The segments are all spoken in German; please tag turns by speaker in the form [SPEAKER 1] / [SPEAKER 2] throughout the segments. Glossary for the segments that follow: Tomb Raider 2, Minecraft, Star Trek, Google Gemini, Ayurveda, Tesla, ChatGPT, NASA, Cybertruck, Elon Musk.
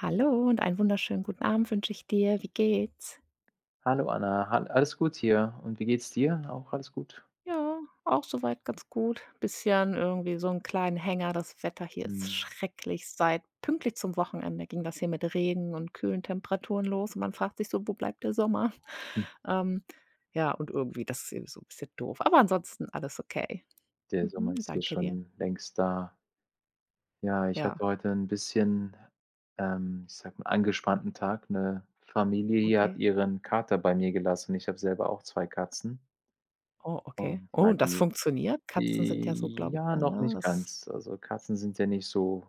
[SPEAKER 1] Hallo und einen wunderschönen guten Abend wünsche ich dir. Wie geht's?
[SPEAKER 2] Hallo Anna, hal alles gut hier. Und wie geht's dir? Auch alles gut?
[SPEAKER 1] Ja, auch soweit ganz gut. Bisschen irgendwie so 'n kleinen Hänger. Das Wetter hier ist
[SPEAKER 2] Mhm.
[SPEAKER 1] schrecklich. Seit pünktlich zum Wochenende ging das hier mit Regen und kühlen Temperaturen los und man fragt sich so: „Wo bleibt der Sommer?“
[SPEAKER 2] Hm,
[SPEAKER 1] Ähm, ja, und irgendwie das ist eben so 'n bisschen doof. Aber ansonsten alles okay.
[SPEAKER 2] der
[SPEAKER 1] Mhm,
[SPEAKER 2] Sommer ist hier
[SPEAKER 1] danke dir.
[SPEAKER 2] schon längst da. Ja, ich hatte
[SPEAKER 1] Ja.
[SPEAKER 2] heute ein bisschen, ich sag mal, angespannten Tag. Eine Familie hier hat
[SPEAKER 1] Okay.
[SPEAKER 2] ihren Kater bei mir gelassen. Ich habe selber auch 2 Katzen
[SPEAKER 1] Oh, okay.
[SPEAKER 2] und
[SPEAKER 1] Oh,
[SPEAKER 2] weil
[SPEAKER 1] und das
[SPEAKER 2] die
[SPEAKER 1] funktioniert? Katzen sind ja so,
[SPEAKER 2] die
[SPEAKER 1] glaube ich,
[SPEAKER 2] ja,
[SPEAKER 1] eher,
[SPEAKER 2] noch
[SPEAKER 1] ne?
[SPEAKER 2] nicht
[SPEAKER 1] Das
[SPEAKER 2] ganz. Also, Katzen sind ja nicht so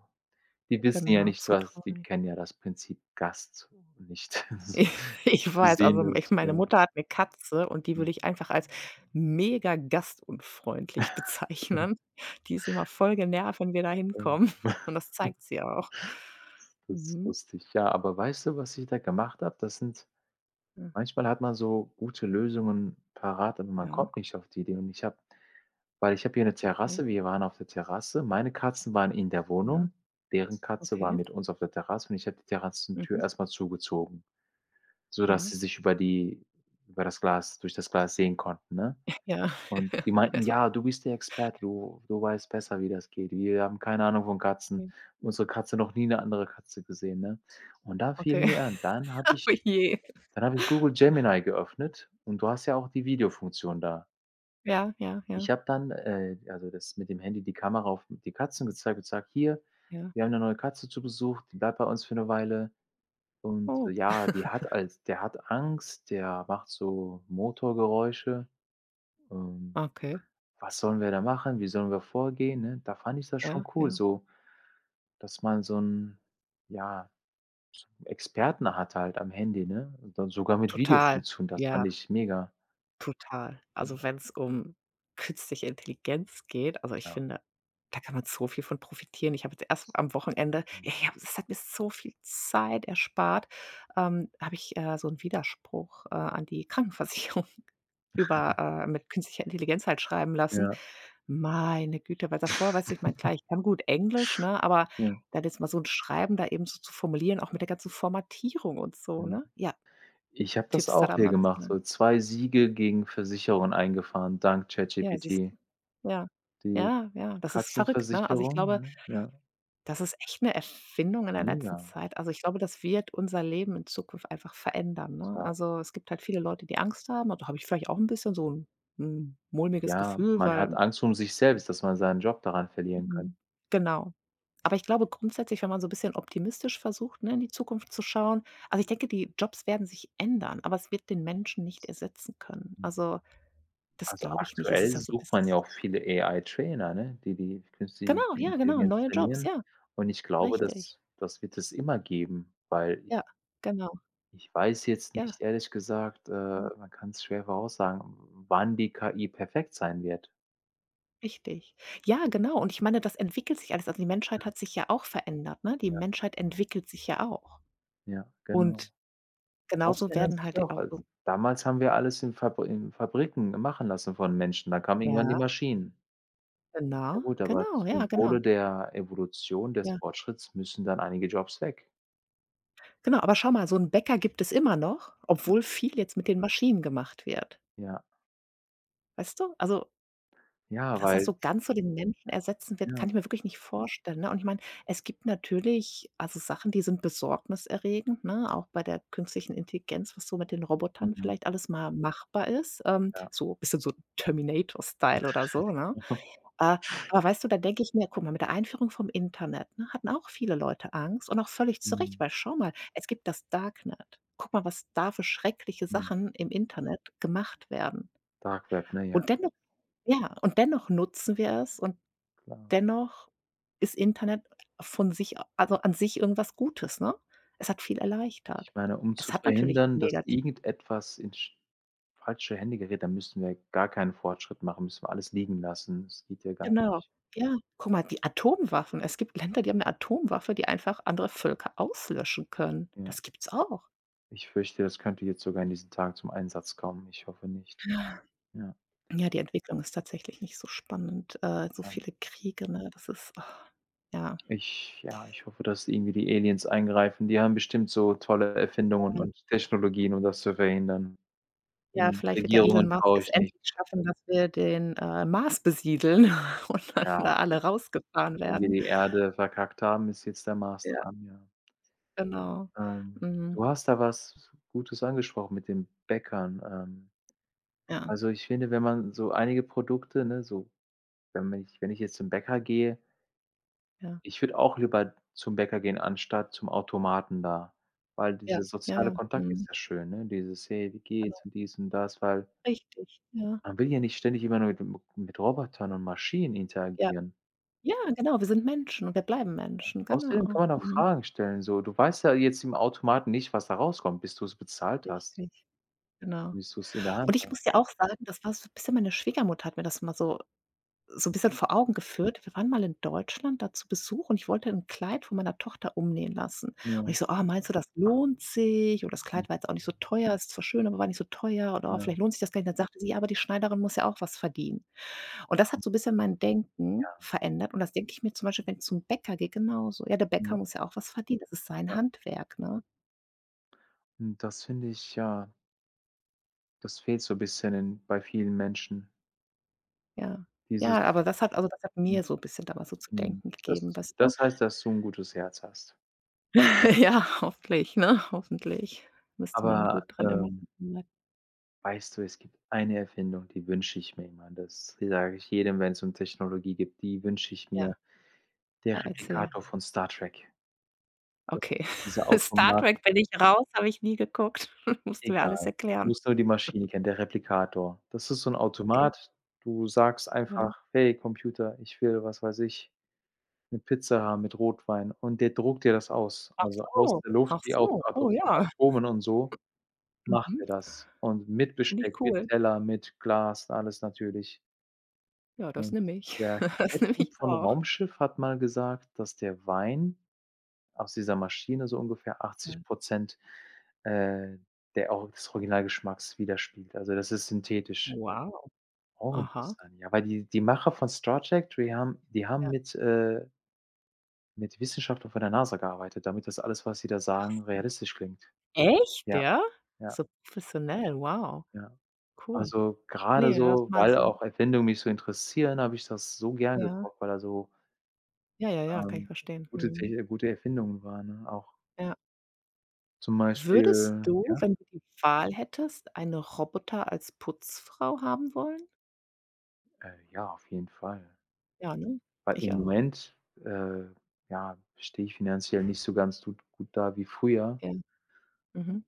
[SPEAKER 2] die wissen ja
[SPEAKER 1] genau,
[SPEAKER 2] nicht, was die
[SPEAKER 1] zutraulich.
[SPEAKER 2] kennen ja das Prinzip Gast nicht.
[SPEAKER 1] Ich ich
[SPEAKER 2] Die
[SPEAKER 1] weiß,
[SPEAKER 2] sehen
[SPEAKER 1] also,
[SPEAKER 2] das,
[SPEAKER 1] ich
[SPEAKER 2] ja.
[SPEAKER 1] meine Mutter hat 'ne Katze und die würde ich einfach als mega gastunfreundlich bezeichnen. Die ist immer voll genervt, wenn wir da hinkommen und das zeigt sie ja auch.
[SPEAKER 2] Das ist
[SPEAKER 1] Mhm.
[SPEAKER 2] lustig. Ja, aber weißt du, was ich da gemacht habe? Das sind
[SPEAKER 1] Äh,
[SPEAKER 2] manchmal hat man so gute Lösungen parat, aber man
[SPEAKER 1] ja,
[SPEAKER 2] kommt nicht auf die Idee. Und ich habe weil ich habe hier eine
[SPEAKER 1] okay.
[SPEAKER 2] Terrasse, wir waren auf der Terrasse. Meine Katzen waren in der
[SPEAKER 1] Ja,
[SPEAKER 2] Wohnung, deren Katze war
[SPEAKER 1] okay.
[SPEAKER 2] mit uns auf der Terrasse und ich habe die Terrassentür
[SPEAKER 1] Mhm.
[SPEAKER 2] erst mal zugezogen, sodass
[SPEAKER 1] Ja.
[SPEAKER 2] sie sich über die über das Glas durch das Glas sehen konnten, ne?
[SPEAKER 1] Ja.
[SPEAKER 2] Und die meinten:
[SPEAKER 1] Erst mal
[SPEAKER 2] „Ja, du bist der Experte, du weißt besser, wie das geht. Wir haben keine Ahnung von Katzen.
[SPEAKER 1] mhm,
[SPEAKER 2] Unsere Katze noch nie eine andere Katze gesehen“, ne? Und da fiel
[SPEAKER 1] okay.
[SPEAKER 2] mir ein,
[SPEAKER 1] Oh je.
[SPEAKER 2] dann habe ich Google Gemini geöffnet und du hast ja auch die Videofunktion da.
[SPEAKER 1] Ja, ja, ja,
[SPEAKER 2] Ich habe dann, also das mit dem Handy die Kamera auf die Katzen gezeigt und gesagt: „Hier,
[SPEAKER 1] ja.
[SPEAKER 2] wir haben eine neue Katze zu Besuch, die bleibt bei uns für eine Weile und
[SPEAKER 1] Oh,
[SPEAKER 2] ja, die hat als der hat Angst, der macht so Motorgeräusche, ähm,
[SPEAKER 1] okay.
[SPEAKER 2] was sollen wir da machen? Wie sollen wir vorgehen, ne? Da fand ich das schon
[SPEAKER 1] Ja,
[SPEAKER 2] cool
[SPEAKER 1] ja.
[SPEAKER 2] so, dass man so 'n, ja, Experten hat halt am Handy, ne? Und dann sogar mit
[SPEAKER 1] Total.
[SPEAKER 2] Videofunktion, das
[SPEAKER 1] Ja.
[SPEAKER 2] fand ich mega.
[SPEAKER 1] Total.
[SPEAKER 2] Ja,
[SPEAKER 1] Also, wenn es um künstliche Intelligenz geht also, ich
[SPEAKER 2] ja.
[SPEAKER 1] finde, da kann man so viel von profitieren. Ich habe jetzt erst am Wochenende
[SPEAKER 2] Mhm.
[SPEAKER 1] ich habe es hat mir so viel Zeit erspart, habe ich, so einen Widerspruch, an die Krankenversicherung über mit künstlicher Intelligenz halt schreiben lassen.
[SPEAKER 2] Ja,
[SPEAKER 1] Meine Güte, weil davor weiß ich ich meine, klar, ich kann gut Englisch, ne, aber
[SPEAKER 2] ja,
[SPEAKER 1] dann jetzt mal so ein Schreiben da eben so zu formulieren, auch mit der ganzen Formatierung und so,
[SPEAKER 2] mhm.
[SPEAKER 1] ne? Ja,
[SPEAKER 2] Ich habe das
[SPEAKER 1] Tipps da
[SPEAKER 2] auch
[SPEAKER 1] da
[SPEAKER 2] hier
[SPEAKER 1] mal.
[SPEAKER 2] gemacht, so 2 Siege gegen Versicherungen eingefahren, dank
[SPEAKER 1] Ja, siehst
[SPEAKER 2] ChatGPT.
[SPEAKER 1] du? Ja.
[SPEAKER 2] Die
[SPEAKER 1] Ja, ja, das ist verrückt, ne? Also, ich
[SPEAKER 2] Katzenversicherung,
[SPEAKER 1] glaube,
[SPEAKER 2] ne? Ja,
[SPEAKER 1] das ist echt eine Erfindung in der letzten
[SPEAKER 2] mega.
[SPEAKER 1] Zeit. Also, ich glaube, das wird unser Leben in Zukunft einfach verändern,
[SPEAKER 2] Das
[SPEAKER 1] ne?
[SPEAKER 2] war
[SPEAKER 1] Also, es gibt halt viele Leute, die Angst haben und da habe ich vielleicht auch ein bisschen so ein 'n mulmiges
[SPEAKER 2] ja,
[SPEAKER 1] Gefühl,
[SPEAKER 2] man
[SPEAKER 1] weil
[SPEAKER 2] hat Angst um sich selbst, dass man seinen Job daran verlieren könnte.
[SPEAKER 1] mhm, genau. Aber ich glaube grundsätzlich, wenn man so ein bisschen optimistisch versucht, ne, in die Zukunft zu schauen also, ich denke, die Jobs werden sich ändern, aber es wird den Menschen nicht ersetzen können.
[SPEAKER 2] Ne?
[SPEAKER 1] Also, das
[SPEAKER 2] Also,
[SPEAKER 1] glaube ich nicht. Das
[SPEAKER 2] aktuell
[SPEAKER 1] ist ja so bis
[SPEAKER 2] sucht man ja auch viele AI-Trainer, ne, die die künstliche
[SPEAKER 1] genau, ja, genau,
[SPEAKER 2] Intelligenz
[SPEAKER 1] neue Jobs,
[SPEAKER 2] trainieren.
[SPEAKER 1] ja.
[SPEAKER 2] Und ich glaube,
[SPEAKER 1] Richtig.
[SPEAKER 2] das wird es immer geben, weil ich
[SPEAKER 1] Ja, genau.
[SPEAKER 2] ich weiß jetzt
[SPEAKER 1] Ja,
[SPEAKER 2] nicht, ehrlich gesagt,
[SPEAKER 1] ja,
[SPEAKER 2] man kann es schwer voraussagen, wann die KI perfekt sein wird.
[SPEAKER 1] richtig. Ja, genau. Und ich meine, das entwickelt sich alles. Also, die Menschheit
[SPEAKER 2] Mhm,
[SPEAKER 1] hat sich ja auch verändert, ne? Die
[SPEAKER 2] ja,
[SPEAKER 1] Menschheit entwickelt sich ja auch.
[SPEAKER 2] ja,
[SPEAKER 1] Und
[SPEAKER 2] genau. Jobs
[SPEAKER 1] genauso
[SPEAKER 2] ändern
[SPEAKER 1] werden
[SPEAKER 2] sich
[SPEAKER 1] halt
[SPEAKER 2] auch.
[SPEAKER 1] auch
[SPEAKER 2] Als
[SPEAKER 1] so
[SPEAKER 2] damals haben wir alles in Fabriken machen lassen von Menschen, dann kamen irgendwann die
[SPEAKER 1] ja,
[SPEAKER 2] Maschinen. Ja
[SPEAKER 1] genau,
[SPEAKER 2] gut, aber
[SPEAKER 1] genau, ja,
[SPEAKER 2] zum
[SPEAKER 1] genau,
[SPEAKER 2] Wohle der Evolution, des
[SPEAKER 1] ja.
[SPEAKER 2] Fortschritts müssen dann einige Jobs weg.
[SPEAKER 1] Genau, aber schau mal, so 'n Bäcker gibt es immer noch,
[SPEAKER 2] Ja.
[SPEAKER 1] obwohl viel jetzt mit den Maschinen gemacht wird,
[SPEAKER 2] Ja.
[SPEAKER 1] weißt du? Also
[SPEAKER 2] Ja,
[SPEAKER 1] dass das
[SPEAKER 2] weil
[SPEAKER 1] so ganz so den Menschen ersetzen wird,
[SPEAKER 2] ja,
[SPEAKER 1] kann ich mir wirklich nicht vorstellen, ne? Und ich meine, es gibt natürlich, also, Sachen, die sind besorgniserregend, ne, auch bei der künstlichen Intelligenz, was so mit den Robotern
[SPEAKER 2] mhm,
[SPEAKER 1] vielleicht alles mal machbar ist,
[SPEAKER 2] ja.
[SPEAKER 1] so ein bisschen so Terminator-Style oder so, ne? Äh, aber weißt du, da denke ich mir: „Guck mal, mit der Einführung vom Internet, ne, hatten auch viele Leute Angst und auch völlig zu Recht,
[SPEAKER 2] Mhm,
[SPEAKER 1] weil schau mal, es gibt das Darknet. Guck mal, was da für schreckliche
[SPEAKER 2] ja,
[SPEAKER 1] Sachen im Internet gemacht werden.
[SPEAKER 2] Dark Web, ne, ja,
[SPEAKER 1] Und dennoch ja, und dennoch nutzen wir es und
[SPEAKER 2] klar.
[SPEAKER 1] dennoch ist Internet von sich a also, an sich irgendwas Gutes, ne? Es hat viel
[SPEAKER 2] Ich
[SPEAKER 1] erleichtert.
[SPEAKER 2] meine, um
[SPEAKER 1] Es
[SPEAKER 2] zu
[SPEAKER 1] hat natürlich auch
[SPEAKER 2] verhindern, dass
[SPEAKER 1] negativ
[SPEAKER 2] irgendetwas in sch falsche Hände gerät, dann müssten wir gar keinen Fortschritt machen, müssen wir alles liegen lassen. Das geht ja gar
[SPEAKER 1] genau.
[SPEAKER 2] nicht.
[SPEAKER 1] Ja, guck mal, die Atomwaffen. Es gibt Länder, die haben eine Atomwaffe, die einfach andere Völker auslöschen können.
[SPEAKER 2] Ja.
[SPEAKER 1] Das gibt's auch.
[SPEAKER 2] Ich fürchte, das könnte jetzt sogar in diesen Tagen zum Einsatz kommen. Ich hoffe nicht.
[SPEAKER 1] Ja,
[SPEAKER 2] Ja,
[SPEAKER 1] ja, die Entwicklung ist tatsächlich nicht so spannend. So
[SPEAKER 2] ja.
[SPEAKER 1] viele Kriege, ne? Das ist ah, ja.
[SPEAKER 2] Ich hoffe, dass irgendwie die Aliens eingreifen. Die haben bestimmt so tolle Erfindungen und Technologien, um das zu verhindern.
[SPEAKER 1] Ja,
[SPEAKER 2] Den
[SPEAKER 1] vielleicht wird der
[SPEAKER 2] Regierungen
[SPEAKER 1] Elon Musk
[SPEAKER 2] traue
[SPEAKER 1] es
[SPEAKER 2] ich nicht.
[SPEAKER 1] endlich schaffen, dass wir den, Mars besiedeln und dann
[SPEAKER 2] Ja,
[SPEAKER 1] da
[SPEAKER 2] klar.
[SPEAKER 1] alle rausgefahren
[SPEAKER 2] Wenn wir
[SPEAKER 1] werden.
[SPEAKER 2] die Erde verkackt haben, ist jetzt der Mars
[SPEAKER 1] Ja.
[SPEAKER 2] dran, ja.
[SPEAKER 1] Genau.
[SPEAKER 2] Ähm,
[SPEAKER 1] Mhm.
[SPEAKER 2] du hast da was Gutes angesprochen mit den Bäckern.
[SPEAKER 1] Ja,
[SPEAKER 2] Also, ich finde, wenn man so einige Produkte, ne, so wenn man ich wenn ich jetzt zum Bäcker gehe
[SPEAKER 1] ja,
[SPEAKER 2] ich würde auch lieber zum Bäcker gehen, anstatt zum Automaten da, weil
[SPEAKER 1] ja,
[SPEAKER 2] dieser
[SPEAKER 1] ja, ja.
[SPEAKER 2] soziale Kontakt
[SPEAKER 1] Mhm.
[SPEAKER 2] ist ja schön, ne? Dieses: „Hey, wie geht's?“
[SPEAKER 1] Genau,
[SPEAKER 2] und dies und das, weil
[SPEAKER 1] richtig. Ja,
[SPEAKER 2] man will ja nicht ständig immer nur mit Robotern und Maschinen
[SPEAKER 1] ja.
[SPEAKER 2] interagieren.
[SPEAKER 1] Ja, genau, wir sind Menschen und wir bleiben Menschen,
[SPEAKER 2] Außerdem
[SPEAKER 1] genau.
[SPEAKER 2] kann man auch
[SPEAKER 1] Mhm.
[SPEAKER 2] Fragen stellen, so. Du weißt ja jetzt im Automaten nicht, was da rauskommt, bis du's bezahlt hast,
[SPEAKER 1] Richtig, genau.
[SPEAKER 2] bis du's in der Hand
[SPEAKER 1] Und ich muss
[SPEAKER 2] hast.
[SPEAKER 1] dir auch sagen, das war so 'n bisschen meine Schwiegermutter hat mir das mal so so 'n bisschen vor Augen geführt. Wir waren mal in Deutschland da zu Besuch und ich wollte 'n Kleid von meiner Tochter umnähen lassen. Und
[SPEAKER 2] Ja,
[SPEAKER 1] ich so: „Ah, meinst du, das lohnt sich?“ Und das
[SPEAKER 2] hm,
[SPEAKER 1] Kleid war jetzt auch nicht so teuer, ist zwar schön, aber war nicht so teuer und, oh,
[SPEAKER 2] ja,
[SPEAKER 1] vielleicht lohnt sich das gar nicht. Dann sagte sie: „Ja, aber die Schneiderin muss ja auch was verdienen.“ Und das hat so 'n bisschen mein Denken
[SPEAKER 2] ja,
[SPEAKER 1] verändert und das denke ich mir zum Beispiel, wenn ich zum Bäcker gehe, genauso. Ja, der Bäcker
[SPEAKER 2] ja,
[SPEAKER 1] muss ja auch was verdienen, das ist sein
[SPEAKER 2] ja.
[SPEAKER 1] Handwerk, ne?
[SPEAKER 2] Und das finde ich ja, das fehlt so bisschen in bei vielen Menschen,
[SPEAKER 1] Ja. Ja,
[SPEAKER 2] dieses
[SPEAKER 1] aber das hat also, das hat
[SPEAKER 2] mhm,
[SPEAKER 1] mir so ein bisschen damals so zu
[SPEAKER 2] mhm.
[SPEAKER 1] denken
[SPEAKER 2] Das
[SPEAKER 1] gegeben,
[SPEAKER 2] ist
[SPEAKER 1] weißt du?
[SPEAKER 2] das heißt, dass du 'n gutes Herz hast.
[SPEAKER 1] Ja, hoffentlich, ne? Hoffentlich. Müsste man
[SPEAKER 2] Aber,
[SPEAKER 1] gut dran immer denken bleiben.
[SPEAKER 2] weißt du, es gibt eine Erfindung, die wünsche ich mir immer. Das sage ich jedem, wenn's um Technologie geht, die wünsche ich
[SPEAKER 1] Ja,
[SPEAKER 2] mir.
[SPEAKER 1] ja,
[SPEAKER 2] Der
[SPEAKER 1] erzähl.
[SPEAKER 2] Replikator von Star Trek. Das
[SPEAKER 1] Okay.
[SPEAKER 2] ist dieser
[SPEAKER 1] Star
[SPEAKER 2] Automat
[SPEAKER 1] Trek bin ich raus, habe ich nie geguckt. Musst du mir alles
[SPEAKER 2] egal. Du
[SPEAKER 1] erklären.
[SPEAKER 2] musst nur die Maschine kennen, der Replikator. Das ist so 'n
[SPEAKER 1] Okay,
[SPEAKER 2] Automat. Du sagst
[SPEAKER 1] ja.
[SPEAKER 2] einfach: „Hey Computer, ich will, was weiß ich, 'ne Pizza haben mit Rotwein.“ Und der druckt dir das aus.
[SPEAKER 1] Ach
[SPEAKER 2] Also, aus
[SPEAKER 1] so,
[SPEAKER 2] der Luft,
[SPEAKER 1] ach
[SPEAKER 2] die
[SPEAKER 1] so. Oh
[SPEAKER 2] aus den
[SPEAKER 1] ja.
[SPEAKER 2] Atomen und so macht er
[SPEAKER 1] Mhm.
[SPEAKER 2] das. Und mit
[SPEAKER 1] Finde ich
[SPEAKER 2] Besteck, mit
[SPEAKER 1] cool.
[SPEAKER 2] Teller, mit Glas, alles natürlich.
[SPEAKER 1] Ja, das
[SPEAKER 2] Und
[SPEAKER 1] nehme ich.
[SPEAKER 2] der
[SPEAKER 1] Das nehme
[SPEAKER 2] Captain
[SPEAKER 1] ich
[SPEAKER 2] von
[SPEAKER 1] auch.
[SPEAKER 2] Raumschiff hat mal gesagt, dass der Wein aus dieser Maschine so ungefähr 80
[SPEAKER 1] Ja.
[SPEAKER 2] äh, der auch des Originalgeschmacks widerspiegelt. Also, das ist synthetisch.
[SPEAKER 1] Wow,
[SPEAKER 2] Auch
[SPEAKER 1] aha.
[SPEAKER 2] interessant, ja, weil die die Macher von Star Trek, die haben
[SPEAKER 1] Ja.
[SPEAKER 2] mit Wissenschaftlern von der NASA gearbeitet, damit das alles, was sie da sagen, realistisch klingt.
[SPEAKER 1] Echt,
[SPEAKER 2] Ja,
[SPEAKER 1] ja?
[SPEAKER 2] ja,
[SPEAKER 1] So professionell, wow,
[SPEAKER 2] ja.
[SPEAKER 1] cool.
[SPEAKER 2] Also, gerade
[SPEAKER 1] Ne, das
[SPEAKER 2] so,
[SPEAKER 1] mal
[SPEAKER 2] weil
[SPEAKER 1] so
[SPEAKER 2] auch Erfindungen mich so interessieren, habe ich das so gern
[SPEAKER 1] ja.
[SPEAKER 2] geguckt, weil da so,
[SPEAKER 1] Ja, ja, ja, kann ich
[SPEAKER 2] ähm,
[SPEAKER 1] verstehen.
[SPEAKER 2] gute
[SPEAKER 1] Mhm.
[SPEAKER 2] Techn gute Erfindungen waren, ne? Auch
[SPEAKER 1] Ja.
[SPEAKER 2] zum
[SPEAKER 1] Würdest
[SPEAKER 2] Beispiel
[SPEAKER 1] du,
[SPEAKER 2] ja?
[SPEAKER 1] wenn du die Wahl hättest, einen Roboter als Putzfrau haben wollen?
[SPEAKER 2] Ja, auf jeden Fall.
[SPEAKER 1] Ja, ne?
[SPEAKER 2] Weil
[SPEAKER 1] Ich
[SPEAKER 2] im
[SPEAKER 1] auch.
[SPEAKER 2] Moment, äh, ja, stehe ich finanziell nicht so ganz gut gut da wie früher.
[SPEAKER 1] Ja.
[SPEAKER 2] Und
[SPEAKER 1] Mhm.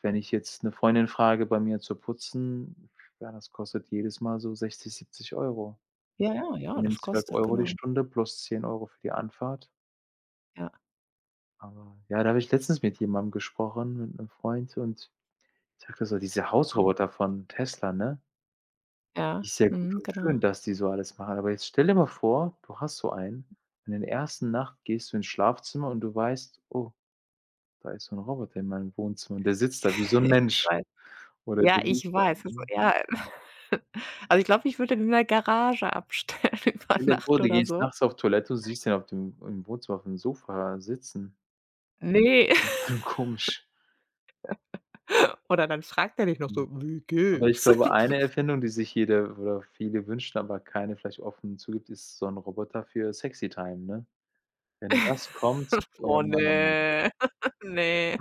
[SPEAKER 2] wenn ich jetzt 'ne Freundin frage, bei mir zu putzen, ja, das kostet jedes Mal so 60, 70 €.
[SPEAKER 1] Ja, ja,
[SPEAKER 2] Wir
[SPEAKER 1] ja,
[SPEAKER 2] nehmen
[SPEAKER 1] das
[SPEAKER 2] 12
[SPEAKER 1] kostet,
[SPEAKER 2] Euro die
[SPEAKER 1] genau.
[SPEAKER 2] Stunde plus 10 € für die Anfahrt.
[SPEAKER 1] Ja,
[SPEAKER 2] Aber ja, da habe ich letztens mit jemandem gesprochen, mit 'nem Freund und sagte so: „Diese
[SPEAKER 1] ja.
[SPEAKER 2] Hausroboter von Tesla, ne?
[SPEAKER 1] Ja,
[SPEAKER 2] Ist ja gut
[SPEAKER 1] mhm,
[SPEAKER 2] und
[SPEAKER 1] genau.
[SPEAKER 2] schön, dass die so alles machen, aber jetzt stell dir mal vor, du hast so einen und in der ersten Nacht gehst du ins Schlafzimmer und du weißt: ‚Oh, da ist so 'n Roboter in meinem Wohnzimmer, der sitzt da wie so 'n
[SPEAKER 1] Ich
[SPEAKER 2] Mensch
[SPEAKER 1] weiß.
[SPEAKER 2] oder
[SPEAKER 1] Ja,
[SPEAKER 2] der liegt
[SPEAKER 1] ich
[SPEAKER 2] da,
[SPEAKER 1] weiß. Also,
[SPEAKER 2] ne?
[SPEAKER 1] ja. Also, ich glaube, ich würde den in der Garage abstellen über
[SPEAKER 2] Stell dir vor,
[SPEAKER 1] Nacht
[SPEAKER 2] du
[SPEAKER 1] oder
[SPEAKER 2] gehst
[SPEAKER 1] so.
[SPEAKER 2] nachts auf Toilette und siehst den auf dem im Wohnzimmer aufm Sofa sitzen.
[SPEAKER 1] Ne.
[SPEAKER 2] So komisch.
[SPEAKER 1] Oder dann fragt er dich noch
[SPEAKER 2] Mhm.
[SPEAKER 1] so: „Wie
[SPEAKER 2] Aber ich
[SPEAKER 1] geht's?“
[SPEAKER 2] glaube, eine Erfindung, die sich jeder oder viele wünschen, aber keine vielleicht offen zugibt, ist so 'n Roboter für Sexy Time, ne? Wenn das kommt, oh
[SPEAKER 1] Oh
[SPEAKER 2] Mann, oh Mann.
[SPEAKER 1] ne, ne.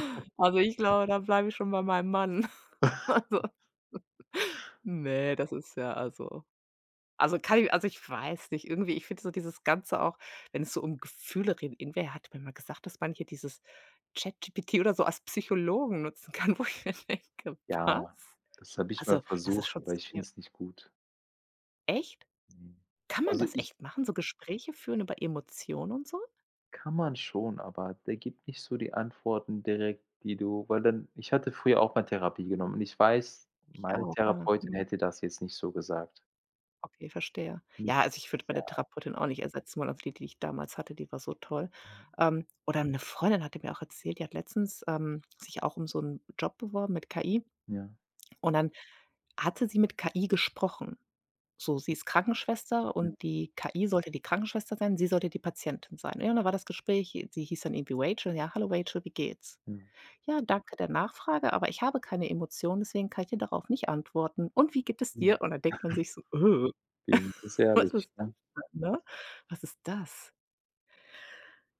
[SPEAKER 1] Also, ich glaube, da bleibe ich schon bei meinem Mann. Also, ne, das ist ja also, kann ich also, ich weiß nicht, irgendwie ich finde so dieses Ganze auch, wenn es so um Gefühle reden irgendwer hat mir mal gesagt, dass man hier dieses ChatGPT oder so als Psychologen nutzen kann, wo ich mir denke:
[SPEAKER 2] Ja,
[SPEAKER 1] „Was?“
[SPEAKER 2] das habe ich mal
[SPEAKER 1] Also, das ist
[SPEAKER 2] versucht,
[SPEAKER 1] schon
[SPEAKER 2] aber ich
[SPEAKER 1] sca
[SPEAKER 2] finde es nicht gut.
[SPEAKER 1] echt?
[SPEAKER 2] Ne.
[SPEAKER 1] Kann man
[SPEAKER 2] Also,
[SPEAKER 1] das
[SPEAKER 2] ich
[SPEAKER 1] echt machen, so Gespräche führen über Emotionen und so?
[SPEAKER 2] kann man schon, aber der gibt nicht so die Antworten direkt, die du weil dann ich hatte früher auch mal Therapie genommen und ich weiß,
[SPEAKER 1] Ich
[SPEAKER 2] meine
[SPEAKER 1] auch, ja.
[SPEAKER 2] Therapeutin
[SPEAKER 1] Mhm.
[SPEAKER 2] hätte das jetzt nicht so gesagt.
[SPEAKER 1] Okay, verstehe.
[SPEAKER 2] Hm,
[SPEAKER 1] Ja, also ich würde
[SPEAKER 2] ja,
[SPEAKER 1] meine Therapeutin auch nicht ersetzen wollen, also die, die ich damals hatte, die war so toll. Oder eine Freundin hatte mir auch erzählt, die hat letztens, sich auch um so einen Job beworben mit KI
[SPEAKER 2] ja,
[SPEAKER 1] und dann hatte sie mit KI gesprochen. So, sie ist Krankenschwester
[SPEAKER 2] ja,
[SPEAKER 1] und die KI sollte die Krankenschwester sein, sie sollte die Patientin sein. Ja, und dann war das Gespräch, sie hieß dann irgendwie Rachel: „Ja, hallo Rachel, wie geht's?“
[SPEAKER 2] ja,
[SPEAKER 1] Ja, danke der Nachfrage, aber ich habe keine Emotionen, deswegen kann ich dir darauf nicht antworten. Und wie geht es
[SPEAKER 2] mhm.
[SPEAKER 1] dir? Und dann denkt man sich so:
[SPEAKER 2] Wenigstens
[SPEAKER 1] was
[SPEAKER 2] ehrlich,
[SPEAKER 1] ist das
[SPEAKER 2] ne?
[SPEAKER 1] denn, ne? Was ist das?“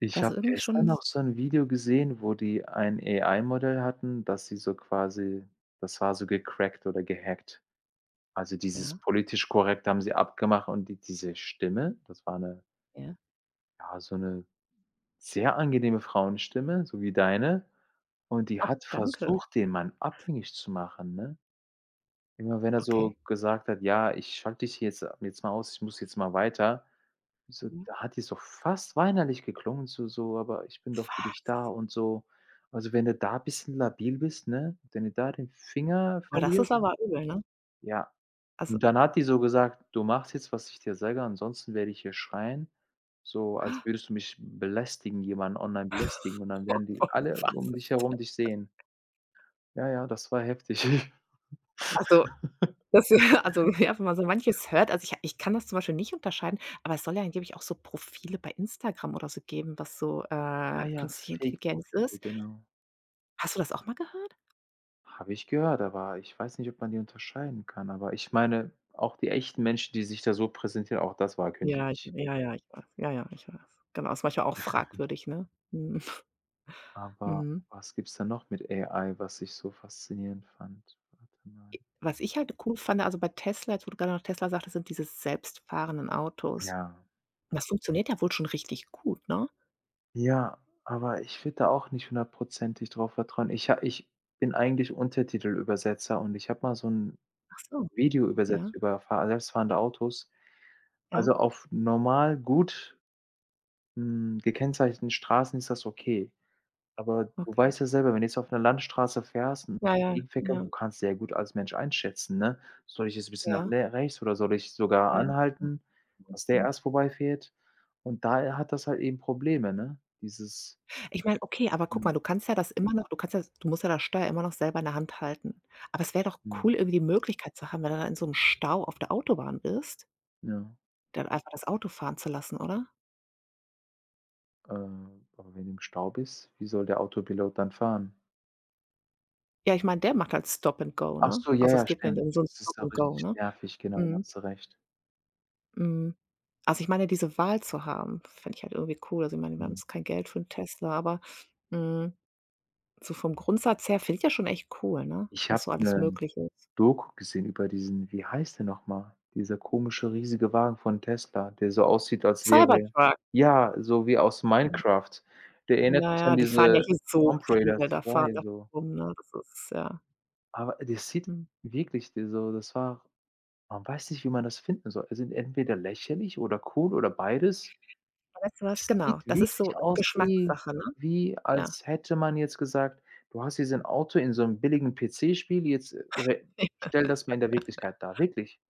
[SPEAKER 2] Ich
[SPEAKER 1] Ja, so
[SPEAKER 2] habe
[SPEAKER 1] irgendwie
[SPEAKER 2] gestern
[SPEAKER 1] schon
[SPEAKER 2] noch
[SPEAKER 1] s
[SPEAKER 2] so 'n Video gesehen, wo die ein AI-Modell hatten, dass sie so quasi das war so gecrackt oder gehackt. Also, dieses
[SPEAKER 1] ja,
[SPEAKER 2] politisch korrekt haben sie abgemacht und die diese Stimme, das war 'ne
[SPEAKER 1] ja.
[SPEAKER 2] ja, so 'ne sehr angenehme Frauenstimme, so wie deine, und die
[SPEAKER 1] Ah,
[SPEAKER 2] hat
[SPEAKER 1] danke.
[SPEAKER 2] versucht, den Mann abhängig zu machen, ne? Immer wenn er
[SPEAKER 1] Okay.
[SPEAKER 2] so gesagt hat: „Ja, ich schalte dich jetzt jetzt mal aus, ich muss jetzt mal weiter.“ So,
[SPEAKER 1] Mhm.
[SPEAKER 2] da hat die so fast weinerlich geklungen, so: „Aber ich bin doch für dich da und so.“ Also, wenn du da bisschen labil bist, ne, wenn du da den Finger
[SPEAKER 1] Boah, das ist
[SPEAKER 2] verlierst
[SPEAKER 1] aber übel, ne?
[SPEAKER 2] ja.
[SPEAKER 1] Also,
[SPEAKER 2] Und dann hat die so gesagt: „Du machst jetzt, was ich dir sage, ansonsten werde ich hier schreien, so als würdest du mich belästigen, jemanden online belästigen und dann werden die alle
[SPEAKER 1] was
[SPEAKER 2] um dich
[SPEAKER 1] ist
[SPEAKER 2] herum
[SPEAKER 1] das?
[SPEAKER 2] dich sehen.“ Ja, ja, das war heftig.
[SPEAKER 1] Also, das also, ja, wenn man so manches hört also, ich kann das zum Beispiel nicht unterscheiden, aber es soll ja angeblich auch so Profile bei Instagram oder so geben, was so,
[SPEAKER 2] Ja, ja,
[SPEAKER 1] künstliche Intelligenz
[SPEAKER 2] Fake-Profile,
[SPEAKER 1] ist.
[SPEAKER 2] genau.
[SPEAKER 1] Hast du das auch mal gehört?
[SPEAKER 2] Habe ich gehört, aber ich weiß nicht, ob man die unterscheiden kann, aber ich meine, auch die echten Menschen, die sich da so präsentieren, auch das war
[SPEAKER 1] Ja, ich
[SPEAKER 2] künstlich.
[SPEAKER 1] ja, ja, ich weiß. Ja, ja, ich weiß. Genau, ist manchmal auch fragwürdig, ne? Mhm.
[SPEAKER 2] Aber
[SPEAKER 1] Mhm.
[SPEAKER 2] was gibt's da noch mit AI, was ich so faszinierend fand? Warte mal.
[SPEAKER 1] I was ich halt cool fand, also bei Tesla, jetzt wo du grade noch Tesla sagtest, sind diese selbstfahrenden Autos.
[SPEAKER 2] Ja.
[SPEAKER 1] Das funktioniert ja wohl schon richtig gut, ne?
[SPEAKER 2] Ja, aber ich würde da auch nicht hundertprozentig drauf vertrauen. Ich bin eigentlich Untertitelübersetzer und ich habe mal so ein
[SPEAKER 1] Ach so,
[SPEAKER 2] Video
[SPEAKER 1] ja,
[SPEAKER 2] übersetzt über fahr selbstfahrende Autos.
[SPEAKER 1] ja,
[SPEAKER 2] Also, auf normal gut, hm, gekennzeichneten Straßen ist das okay. Aber du
[SPEAKER 1] okay.
[SPEAKER 2] weißt ja selber, wenn du jetzt auf 'ner Landstraße fährst und
[SPEAKER 1] Ja, ja,
[SPEAKER 2] Gegenverkehr
[SPEAKER 1] ja,
[SPEAKER 2] du kannst sehr gut als Mensch einschätzen, ne? Soll ich jetzt ein bisschen nach
[SPEAKER 1] ja,
[SPEAKER 2] le rechts oder soll ich sogar
[SPEAKER 1] ja, ja,
[SPEAKER 2] anhalten, dass der
[SPEAKER 1] ja.
[SPEAKER 2] erst vorbeifährt? Und da hat das halt eben Probleme, ne? Dieses
[SPEAKER 1] Ich meine, okay, aber guck
[SPEAKER 2] mhm,
[SPEAKER 1] mal, du kannst ja das immer noch du kannst ja du musst ja das Steuer immer noch selber in der Hand halten. Aber es wäre doch
[SPEAKER 2] mhm.
[SPEAKER 1] cool, irgendwie die Möglichkeit zu haben, wenn du da in so 'nem Stau auf der Autobahn bist,
[SPEAKER 2] Ja,
[SPEAKER 1] dann einfach das Auto fahren zu lassen, oder?
[SPEAKER 2] äh, aber wenn im Staub bist, wie soll der Autopilot dann fahren?
[SPEAKER 1] Ja, ich meine, der macht halt Stop and Go,
[SPEAKER 2] Ach
[SPEAKER 1] ne?
[SPEAKER 2] so, ja,
[SPEAKER 1] Also, es
[SPEAKER 2] ja,
[SPEAKER 1] geht mir
[SPEAKER 2] stimmt.
[SPEAKER 1] dann so 'n
[SPEAKER 2] Das
[SPEAKER 1] Stop
[SPEAKER 2] ist ja
[SPEAKER 1] and Go,
[SPEAKER 2] richtig
[SPEAKER 1] ne?
[SPEAKER 2] nervig, genau, da
[SPEAKER 1] Mhm,
[SPEAKER 2] hast du recht.
[SPEAKER 1] mhm. Also, ich meine, diese Wahl zu haben, fände ich halt irgendwie cool. Also, ich meine, wir haben
[SPEAKER 2] Mhm.
[SPEAKER 1] jetzt kein Geld für 'n Tesla, aber, hm, so vom Grundsatz her finde ich das schon echt cool, ne,
[SPEAKER 2] Ich
[SPEAKER 1] was
[SPEAKER 2] habe
[SPEAKER 1] so alles
[SPEAKER 2] 'ne
[SPEAKER 1] möglich ist.
[SPEAKER 2] Doku gesehen über diesen wie heißt der noch mal? Dieser komische riesige Wagen von Tesla, der so aussieht, als wäre
[SPEAKER 1] Cybertruck.
[SPEAKER 2] ja, so wie aus
[SPEAKER 1] J
[SPEAKER 2] Minecraft. Der erinnert
[SPEAKER 1] ja,
[SPEAKER 2] mich an
[SPEAKER 1] ja, die fahren ja
[SPEAKER 2] diese
[SPEAKER 1] hier so
[SPEAKER 2] Tomb Raider
[SPEAKER 1] viele da fahren
[SPEAKER 2] 2
[SPEAKER 1] da
[SPEAKER 2] so.
[SPEAKER 1] rum, ne? Das ist ja,
[SPEAKER 2] Aber das sieht
[SPEAKER 1] mhm.
[SPEAKER 2] wirklich d so das war man weiß nicht, wie man das finden soll. Also, entweder lächerlich oder cool oder beides.
[SPEAKER 1] Weißt du was?
[SPEAKER 2] Es
[SPEAKER 1] Genau,
[SPEAKER 2] sieht
[SPEAKER 1] das ist so
[SPEAKER 2] wirklich aus wie
[SPEAKER 1] Geschmackssache, ne?
[SPEAKER 2] wie
[SPEAKER 1] Ja.
[SPEAKER 2] als hätte man jetzt gesagt: „Du hast hier so 'n Auto in so 'nem billigen PC-Spiel, jetzt, re stell das mir in der Wirklichkeit dar.“ Wirklich.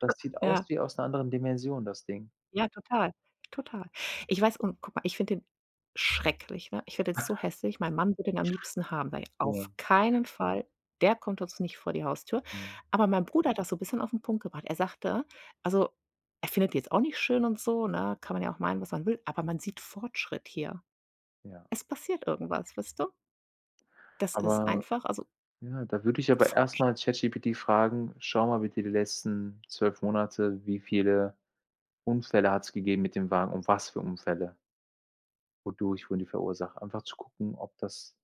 [SPEAKER 2] Das sieht aus
[SPEAKER 1] Ja.
[SPEAKER 2] wie aus 'ner anderen Dimension, das Ding.
[SPEAKER 1] Ja, total, total. Ich weiß und guck mal, ich finde den schrecklich, ne? Ich finde den so hässlich. Mein Mann würde den am liebsten haben. Sage ich: „Auf
[SPEAKER 2] Ja,
[SPEAKER 1] keinen Fall, der kommt uns nicht vor die Haustür.“
[SPEAKER 2] ja,
[SPEAKER 1] Aber mein Bruder hat das so 'n bisschen auf den Punkt gebracht. Er sagte also, er findet die jetzt auch nicht schön und so, ne? Kann man ja auch meinen, was man will, aber man sieht Fortschritt hier.
[SPEAKER 2] ja.
[SPEAKER 1] Es passiert irgendwas, weißt du? Das ist
[SPEAKER 2] Aber
[SPEAKER 1] einfach also
[SPEAKER 2] ja, da würde ich aber erst
[SPEAKER 1] Fortschritt,
[SPEAKER 2] mal ChatGPT fragen: „Schau mal bitte die letzten 12 Monate, wie viele Unfälle hat's gegeben mit dem Wagen und was für Unfälle, wodurch wurden die verursacht?“ Einfach zu gucken, ob das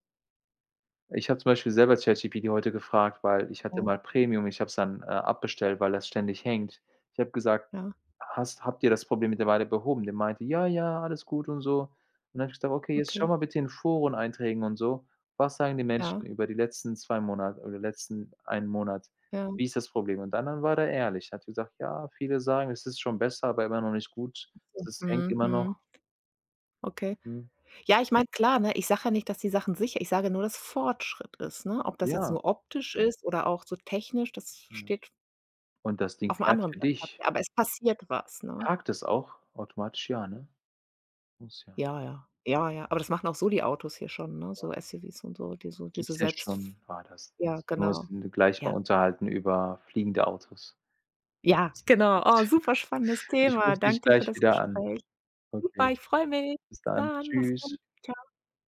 [SPEAKER 2] ich habe zum Beispiel selber ChatGPT heute gefragt, weil ich hatte
[SPEAKER 1] ja,
[SPEAKER 2] mal Premium, ich habe es dann, abbestellt, weil das ständig hängt. Ich habe gesagt:
[SPEAKER 1] ja,
[SPEAKER 2] „Hast habt ihr das Problem mittlerweile behoben?“ Der meinte: „Ja, ja, alles gut und so.“ Und dann habe ich gesagt: „Okay, jetzt schau
[SPEAKER 1] okay,
[SPEAKER 2] mal bitte in Foren-Einträgen und so, was sagen die
[SPEAKER 1] ja,
[SPEAKER 2] Menschen über die letzten 2 Monate oder letzten einen Monat?
[SPEAKER 1] ja,
[SPEAKER 2] Wie ist das Problem?“ Und dann war der ehrlich, hat gesagt: „Ja, viele sagen, es ist schon besser, aber immer noch nicht gut.
[SPEAKER 1] so,
[SPEAKER 2] Es hängt
[SPEAKER 1] mhm,
[SPEAKER 2] immer
[SPEAKER 1] mhm.
[SPEAKER 2] noch.“
[SPEAKER 1] Okay.
[SPEAKER 2] Mhm.
[SPEAKER 1] Ja, ich meine, klar, ne? Ich sage ja nicht, dass die Sachen sicher ich sage nur, dass Fortschritt ist, ne? Ob das jetzt
[SPEAKER 2] Ja,
[SPEAKER 1] nur optisch ist oder auch so technisch, das
[SPEAKER 2] ja.
[SPEAKER 1] steht
[SPEAKER 2] Und das Ding
[SPEAKER 1] auf auf'm
[SPEAKER 2] fährt
[SPEAKER 1] anderen
[SPEAKER 2] für
[SPEAKER 1] Blatt
[SPEAKER 2] dich.
[SPEAKER 1] Papier, aber es passiert was, ne?
[SPEAKER 2] Parkt es auch automatisch? Ja, ne? Muss ja.
[SPEAKER 1] Ja, ja. Ja, ja. Aber das machen auch so die Autos hier schon, ne?
[SPEAKER 2] Ja.
[SPEAKER 1] So SUVs und so, die so diese
[SPEAKER 2] Gibt's ja
[SPEAKER 1] selbst f
[SPEAKER 2] schon war das.
[SPEAKER 1] ja,
[SPEAKER 2] Wir
[SPEAKER 1] genau.
[SPEAKER 2] müssen gleich mal
[SPEAKER 1] Ja.
[SPEAKER 2] unterhalten über fliegende Autos.
[SPEAKER 1] Ja,
[SPEAKER 2] Das
[SPEAKER 1] genau. Oh,
[SPEAKER 2] gibt's.
[SPEAKER 1] super spannendes
[SPEAKER 2] Ich
[SPEAKER 1] Thema.
[SPEAKER 2] rufe dich
[SPEAKER 1] Danke für
[SPEAKER 2] gleich
[SPEAKER 1] das
[SPEAKER 2] wieder an.
[SPEAKER 1] Gespräch.
[SPEAKER 2] Okay,
[SPEAKER 1] Super, ich freue mich.
[SPEAKER 2] bis
[SPEAKER 1] Bis
[SPEAKER 2] dann.
[SPEAKER 1] dann. Mach's gut.
[SPEAKER 2] Tschüss.
[SPEAKER 1] Tschau.